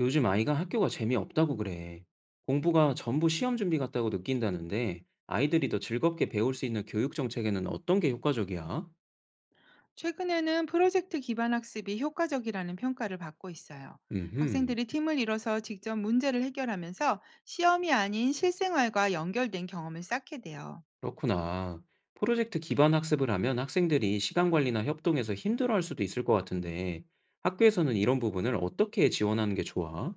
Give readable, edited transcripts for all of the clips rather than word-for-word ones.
요즘 아이가 학교가 재미없다고 그래. 공부가 전부 시험 준비 같다고 느낀다는데 아이들이 더 즐겁게 배울 수 있는 교육 정책에는 어떤 게 효과적이야? 최근에는 프로젝트 기반 학습이 효과적이라는 평가를 받고 있어요. 음흠, 학생들이 팀을 이뤄서 직접 문제를 해결하면서 시험이 아닌 실생활과 연결된 경험을 쌓게 돼요. 그렇구나. 프로젝트 기반 학습을 하면 학생들이 시간 관리나 협동에서 힘들어할 수도 있을 것 같은데 학교에서는 이런 부분을 어떻게 지원하는 게 좋아?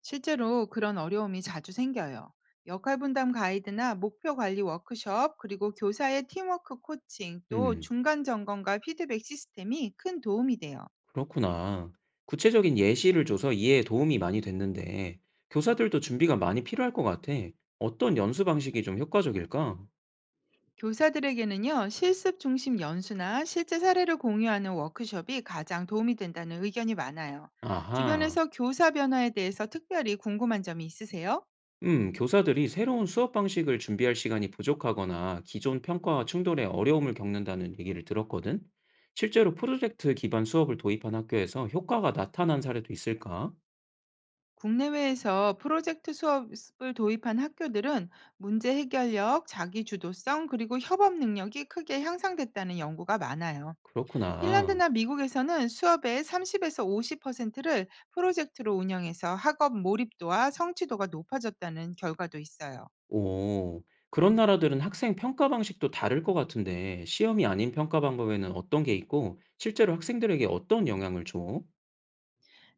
실제로 그런 어려움이 자주 생겨요. 역할 분담 가이드나 목표 관리 워크숍, 그리고 교사의 팀워크 코칭, 또 음, 중간 점검과 피드백 시스템이 큰 도움이 돼요. 그렇구나. 구체적인 예시를 줘서 이해에 도움이 많이 됐는데 교사들도 준비가 많이 필요할 것 같아. 어떤 연수 방식이 좀 효과적일까? 교사들에게는요, 실습 중심 연수나 실제 사례를 공유하는 워크숍이 가장 도움이 된다는 의견이 많아요. 아하. 주변에서 교사 변화에 대해서 특별히 궁금한 점이 있으세요? 교사들이 새로운 수업 방식을 준비할 시간이 부족하거나 기존 평가와 충돌에 어려움을 겪는다는 얘기를 들었거든. 실제로 프로젝트 기반 수업을 도입한 학교에서 효과가 나타난 사례도 있을까? 국내외에서 프로젝트 수업을 도입한 학교들은 문제 해결력, 자기 주도성, 그리고 협업 능력이 크게 향상됐다는 연구가 많아요. 그렇구나. 핀란드나 미국에서는 수업의 30에서 50%를 프로젝트로 운영해서 학업 몰입도와 성취도가 높아졌다는 결과도 있어요. 오, 그런 나라들은 학생 평가 방식도 다를 것 같은데, 시험이 아닌 평가 방법에는 어떤 게 있고, 실제로 학생들에게 어떤 영향을 줘?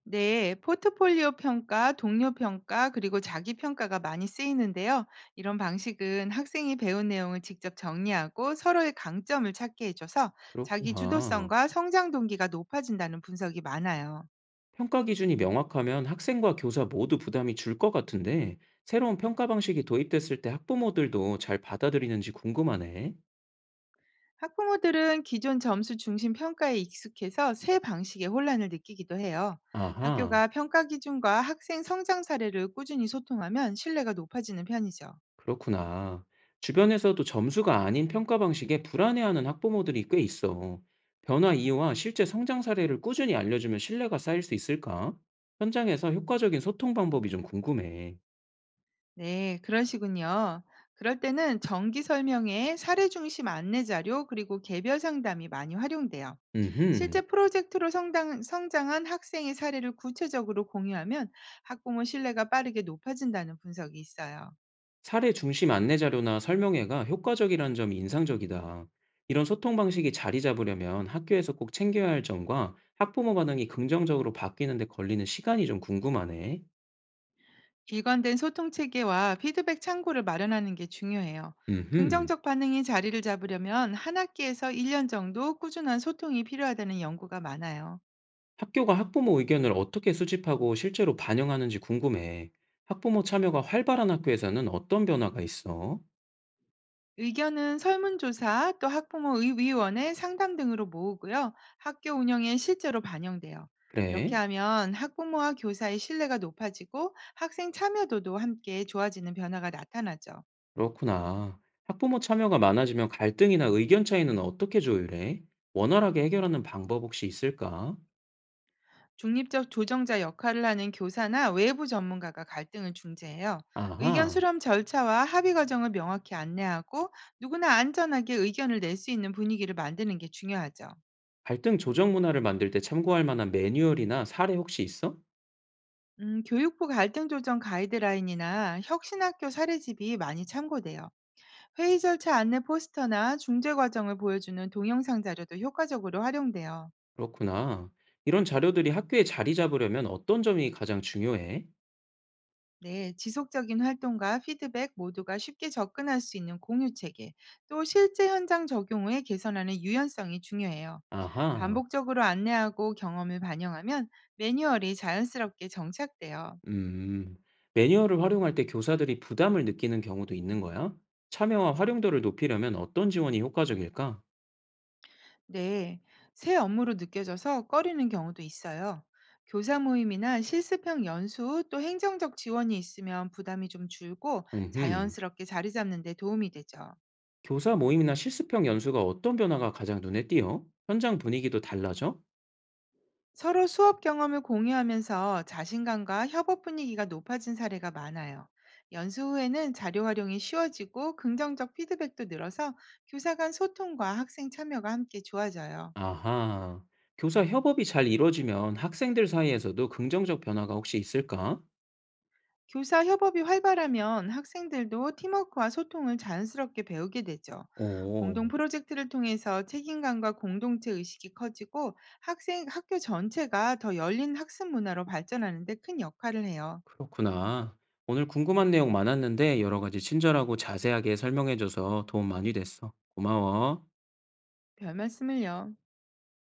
네, 포트폴리오 평가, 동료 평가, 그리고 자기 평가가 많이 쓰이는데요. 이런 방식은 학생이 배운 내용을 직접 정리하고 서로의 강점을 찾게 해줘서 자기 그렇구나. 주도성과 성장 동기가 높아진다는 분석이 많아요. 평가 기준이 명확하면 학생과 교사 모두 부담이 줄 것 같은데, 새로운 평가 방식이 도입됐을 때 학부모들도 잘 받아들이는지 궁금하네. 학부모들은 기존 점수 중심 평가에 익숙해서 새 방식의 혼란을 느끼기도 해요. 아하, 학교가 평가 기준과 학생 성장 사례를 꾸준히 소통하면 신뢰가 높아지는 편이죠. 그렇구나. 주변에서도 점수가 아닌 평가 방식에 불안해하는 학부모들이 꽤 있어. 변화 이유와 실제 성장 사례를 꾸준히 알려주면 신뢰가 쌓일 수 있을까? 현장에서 효과적인 소통 방법이 좀 궁금해. 네, 그러시군요. 그럴 때는 정기 설명회, 사례 중심 안내 자료, 그리고 개별 상담이 많이 활용돼요. 실제 음흠. 프로젝트로 성장한 학생의 사례를 구체적으로 공유하면 학부모 신뢰가 빠르게 높아진다는 분석이 있어요. 사례 중심 안내 자료나 설명회가 효과적이라는 점이 인상적이다. 이런 소통 방식이 자리 잡으려면 학교에서 꼭 챙겨야 할 점과 학부모 반응이 긍정적으로 바뀌는데 걸리는 시간이 좀 궁금하네. 일관된 소통 체계와 피드백 창구를 마련하는 게 중요해요. 음흠. 긍정적 반응이 자리를 잡으려면 한 학기에서 1년 정도 꾸준한 소통이 필요하다는 연구가 많아요. 학교가 학부모 의견을 어떻게 수집하고 실제로 반영하는지 궁금해. 학부모 참여가 활발한 학교에서는 어떤 변화가 있어? 의견은 설문조사 또 학부모 의위원회 상담 등으로 모으고요. 학교 운영에 실제로 반영돼요. 이렇게 그래? 하면 학부모와 교사의 신뢰가 높아지고 학생 참여도도 함께 좋아지는 변화가 나타나죠. 그렇구나. 학부모 참여가 많아지면 갈등이나 의견 차이는 어떻게 조율해? 원활하게 해결하는 방법 혹시 있을까? 중립적 조정자 역할을 하는 교사나 외부 전문가가 갈등을 중재해요. 의견 아하. 수렴 절차와 합의 과정을 명확히 안내하고 누구나 안전하게 의견을 낼 수 있는 분위기를 만드는 게 중요하죠. 갈등 조정 문화를 만들 때 참고할 만한 매뉴얼이나 사례 혹시 있어? 교육부 갈등 조정 가이드라인이나 혁신학교 사례집이 많이 참고돼요. 회의 절차 안내 포스터나 중재 과정을 보여주는 동영상 자료도 효과적으로 활용돼요. 그렇구나. 이런 자료들이 학교에 자리 잡으려면 어떤 점이 가장 중요해? 네, 지속적인 활동과 피드백 모두가 쉽게 접근할 수 있는 공유 체계, 또 실제 현장 적용 후에 개선하는 유연성이 중요해요. 아하, 반복적으로 안내하고 경험을 반영하면 매뉴얼이 자연스럽게 정착돼요. 음. 매뉴얼을 활용할 때 교사들이 부담을 느끼는 경우도 있는 거야? 참여와 활용도를 높이려면 어떤 지원이 효과적일까? 네, 새 업무로 느껴져서 꺼리는 경우도 있어요. 교사 모임이나 실습형 연수 또 행정적 지원이 있으면 부담이 좀 줄고 음흠. 자연스럽게 자리 잡는 데 도움이 되죠. 교사 모임이나 실습형 연수가 어떤 변화가 가장 눈에 띄어? 현장 분위기도 달라져? 서로 수업 경험을 공유하면서 자신감과 협업 분위기가 높아진 사례가 많아요. 연수 후에는 자료 활용이 쉬워지고 긍정적 피드백도 늘어서 교사 간 소통과 학생 참여가 함께 좋아져요. 아하. 교사 협업이 잘 이루어지면 학생들 사이에서도 긍정적 변화가 혹시 있을까? 교사 협업이 활발하면 학생들도 팀워크와 소통을 자연스럽게 배우게 되죠. 공동 오, 프로젝트를 통해서 책임감과 공동체 의식이 커지고 학생 학교 전체가 더 열린 학습 문화로 발전하는 데 큰 역할을 해요. 그렇구나. 오늘 궁금한 내용 많았는데 여러 가지 친절하고 자세하게 설명해줘서 도움 많이 됐어. 고마워. 별 말씀을요.